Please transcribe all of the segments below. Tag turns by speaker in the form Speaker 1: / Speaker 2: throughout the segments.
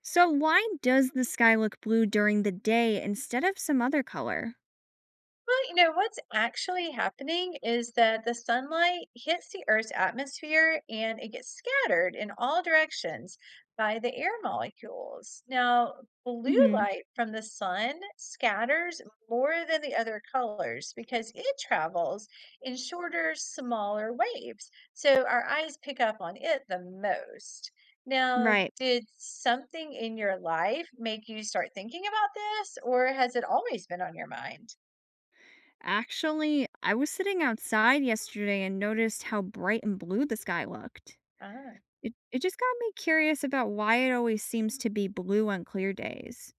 Speaker 1: So why does the sky look blue during the day instead of some other color?
Speaker 2: Well, what's actually happening is that the sunlight hits the Earth's atmosphere and it gets scattered in all directions by the air molecules. Now, blue
Speaker 1: Hmm.
Speaker 2: light from the sun scatters more than the other colors because it travels in shorter, smaller waves. So our eyes pick up on it the most. Now,
Speaker 1: Right.
Speaker 2: did something in your life make you start thinking about this, or has it always been on your mind?
Speaker 1: Actually, I was sitting outside yesterday and noticed how bright and blue the sky looked.
Speaker 2: Ah.
Speaker 1: It just got me curious about why it always seems to be blue on clear days.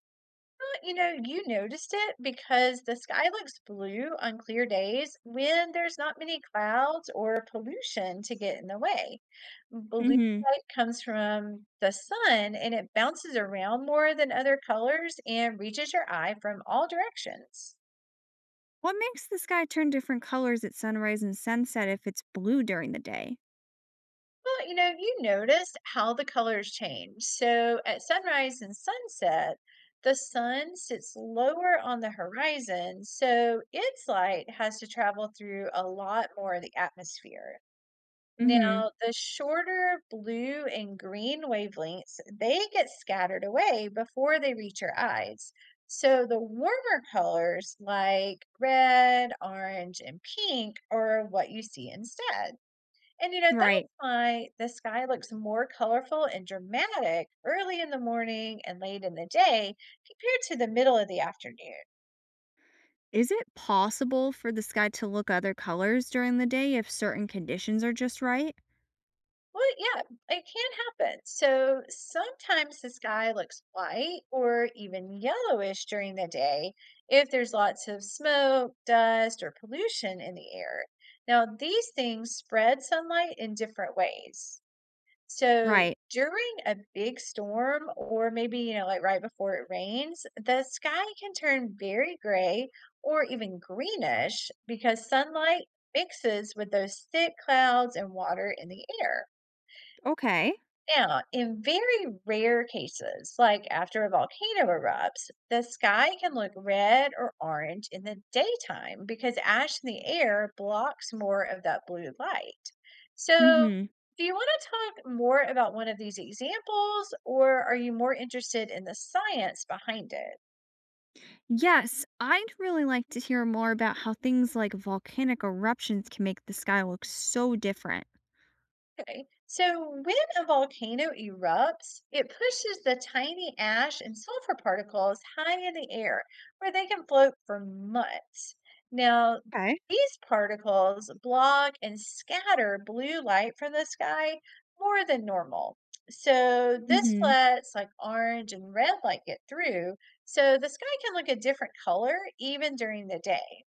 Speaker 2: You noticed it because the sky looks blue on clear days when there's not many clouds or pollution to get in the way. Blue
Speaker 1: Hmm.
Speaker 2: light comes from the sun and it bounces around more than other colors and reaches your eye from all directions.
Speaker 1: What makes the sky turn different colors at sunrise and sunset if it's blue during the day?
Speaker 2: Well, you noticed how the colors change. So at sunrise and sunset, the sun sits lower on the horizon, so its light has to travel through a lot more of the atmosphere.
Speaker 1: Hmm.
Speaker 2: Now, the shorter blue and green wavelengths, they get scattered away before they reach your eyes. So the warmer colors like red, orange, and pink are what you see instead. And that's
Speaker 1: Right.
Speaker 2: why the sky looks more colorful and dramatic early in the morning and late in the day compared to the middle of the afternoon.
Speaker 1: Is it possible for the sky to look other colors during the day if certain conditions are just right?
Speaker 2: Well, yeah, it can happen. So sometimes the sky looks white or even yellowish during the day if there's lots of smoke, dust, or pollution in the air. Now, these things spread sunlight in different ways. So
Speaker 1: Right.
Speaker 2: during a big storm, or maybe, like right before it rains, the sky can turn very gray or even greenish because sunlight mixes with those thick clouds and water in the air.
Speaker 1: Okay.
Speaker 2: Now, in very rare cases, like after a volcano erupts, the sky can look red or orange in the daytime because ash in the air blocks more of that blue light. So,
Speaker 1: Mhm.
Speaker 2: do you want to talk more about one of these examples, or are you more interested in the science behind it?
Speaker 1: Yes, I'd really like to hear more about how things like volcanic eruptions can make the sky look so different.
Speaker 2: Okay, so when a volcano erupts, it pushes the tiny ash and sulfur particles high in the air where they can float for months. Now,
Speaker 1: Okay.
Speaker 2: these particles block and scatter blue light from the sky more than normal. So, this
Speaker 1: Mhm.
Speaker 2: lets like orange and red light get through, so the sky can look a different color even during the day.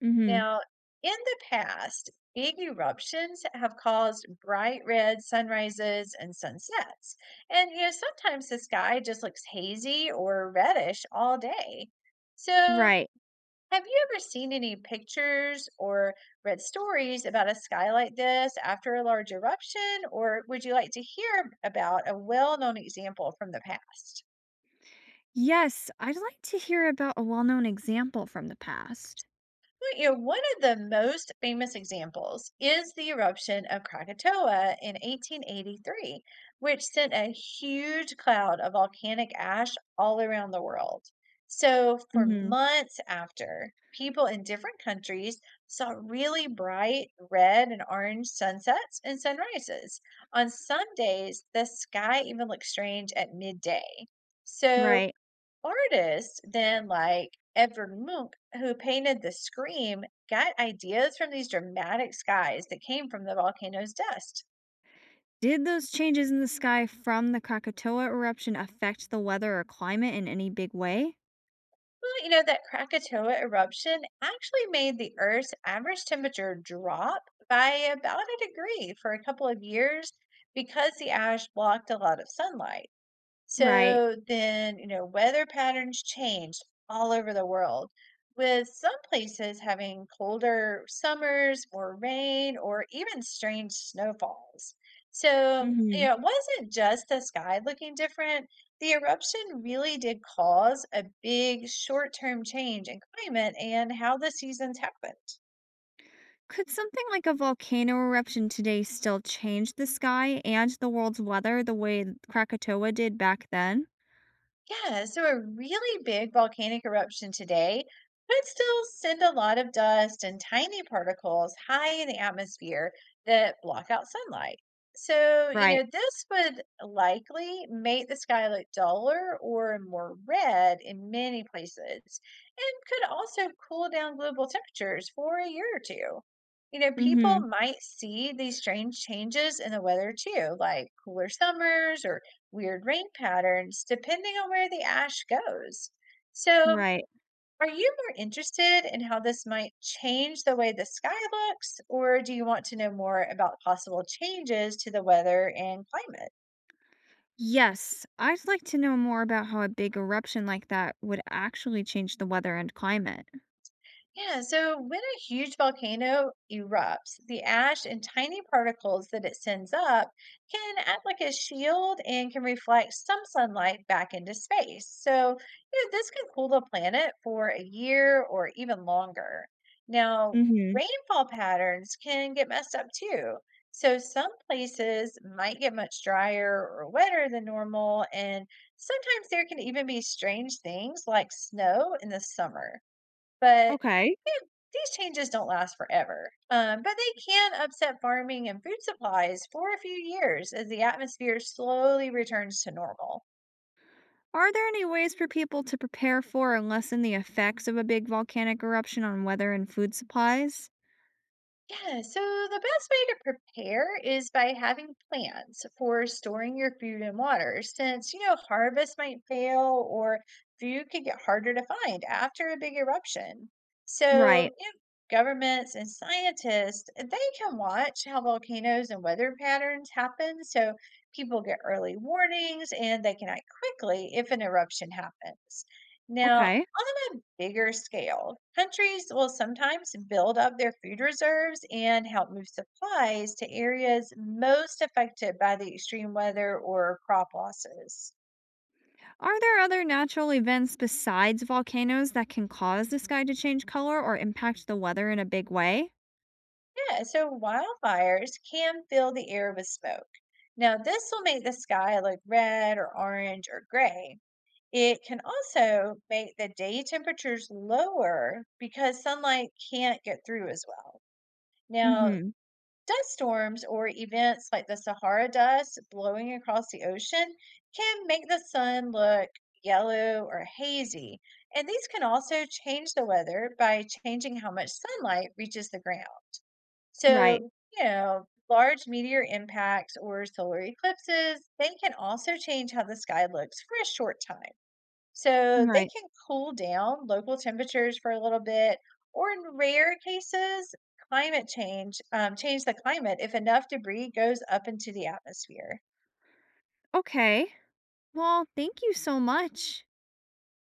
Speaker 1: Mhm.
Speaker 2: Now, in the past, big eruptions have caused bright red sunrises and sunsets. And sometimes the sky just looks hazy or reddish all day. So,
Speaker 1: Right.
Speaker 2: have you ever seen any pictures or read stories about a sky like this after a large eruption? Or would you like to hear about a well known example from the past?
Speaker 1: Yes, I'd like to hear about a well known example from the past.
Speaker 2: Well, one of the most famous examples is the eruption of Krakatoa in 1883, which sent a huge cloud of volcanic ash all around the world. So, for
Speaker 1: Mhm.
Speaker 2: months after, people in different countries saw really bright red and orange sunsets and sunrises. On some days, the sky even looked strange at midday. So,
Speaker 1: Right.
Speaker 2: artists then like Edvard Munch, who painted the Scream, got ideas from these dramatic skies that came from the volcano's dust.
Speaker 1: Did those changes in the sky from the Krakatoa eruption affect the weather or climate in any big way?
Speaker 2: Well, that Krakatoa eruption actually made the Earth's average temperature drop by about a degree for a couple of years because the ash blocked a lot of sunlight.
Speaker 1: Right.
Speaker 2: So then, weather patterns changed all over the world, with some places having colder summers, more rain, or even strange snowfalls. So, you
Speaker 1: Mhm.
Speaker 2: know, it wasn't just the sky looking different. The eruption really did cause a big short-term change in climate and how the seasons happened.
Speaker 1: Could something like a volcano eruption today still change the sky and the world's weather the way Krakatoa did back then?
Speaker 2: Yeah, so a really big volcanic eruption today could still send a lot of dust and tiny particles high in the atmosphere that block out sunlight. So, you
Speaker 1: Right.
Speaker 2: know, this would likely make the sky look duller or more red in many places and could also cool down global temperatures for a year or two. People
Speaker 1: Mhm.
Speaker 2: might see these strange changes in the weather too, like cooler summers or weird rain patterns depending on where the ash goes. So,
Speaker 1: Right.
Speaker 2: are you more interested in how this might change the way the sky looks, or do you want to know more about possible changes to the weather and climate?
Speaker 1: Yes, I'd like to know more about how a big eruption like that would actually change the weather and climate.
Speaker 2: Yeah, so when a huge volcano erupts, the ash and tiny particles that it sends up can act like a shield and can reflect some sunlight back into space. So, this can cool the planet for a year or even longer. Now,
Speaker 1: Mhm.
Speaker 2: rainfall patterns can get messed up too. So, some places might get much drier or wetter than normal, and sometimes there can even be strange things like snow in the summer. But
Speaker 1: Okay.
Speaker 2: you know, these changes don't last forever, but they can upset farming and food supplies for a few years as the atmosphere slowly returns to normal.
Speaker 1: Are there any ways for people to prepare for and lessen the effects of a big volcanic eruption on weather and food supplies?
Speaker 2: Yeah, so the best way to prepare is by having plans for storing your food and water, since, harvest might fail or food could get harder to find after a big eruption.
Speaker 1: Right.
Speaker 2: So, governments and scientists, they can watch how volcanoes and weather patterns happen, so people get early warnings and they can act quickly if an eruption happens. Now,
Speaker 1: Okay.
Speaker 2: on a bigger scale, countries will sometimes build up their food reserves and help move supplies to areas most affected by the extreme weather or crop losses.
Speaker 1: Are there other natural events besides volcanoes that can cause the sky to change color or impact the weather in a big way?
Speaker 2: Yeah, so wildfires can fill the air with smoke. Now, this will make the sky look red or orange or gray. It can also make the day temperatures lower because sunlight can't get through as well. Now,
Speaker 1: Mhm.
Speaker 2: dust storms or events like the Sahara dust blowing across the ocean can make the sun look yellow or hazy, and these can also change the weather by changing how much sunlight reaches the ground.
Speaker 1: Right.
Speaker 2: So, large meteor impacts or solar eclipses, they can also change how the sky looks for a short time. So they
Speaker 1: Right.
Speaker 2: can cool down local temperatures for a little bit, or in rare cases, climate change, change the climate if enough debris goes up into the atmosphere.
Speaker 1: Okay. Well, thank you so much.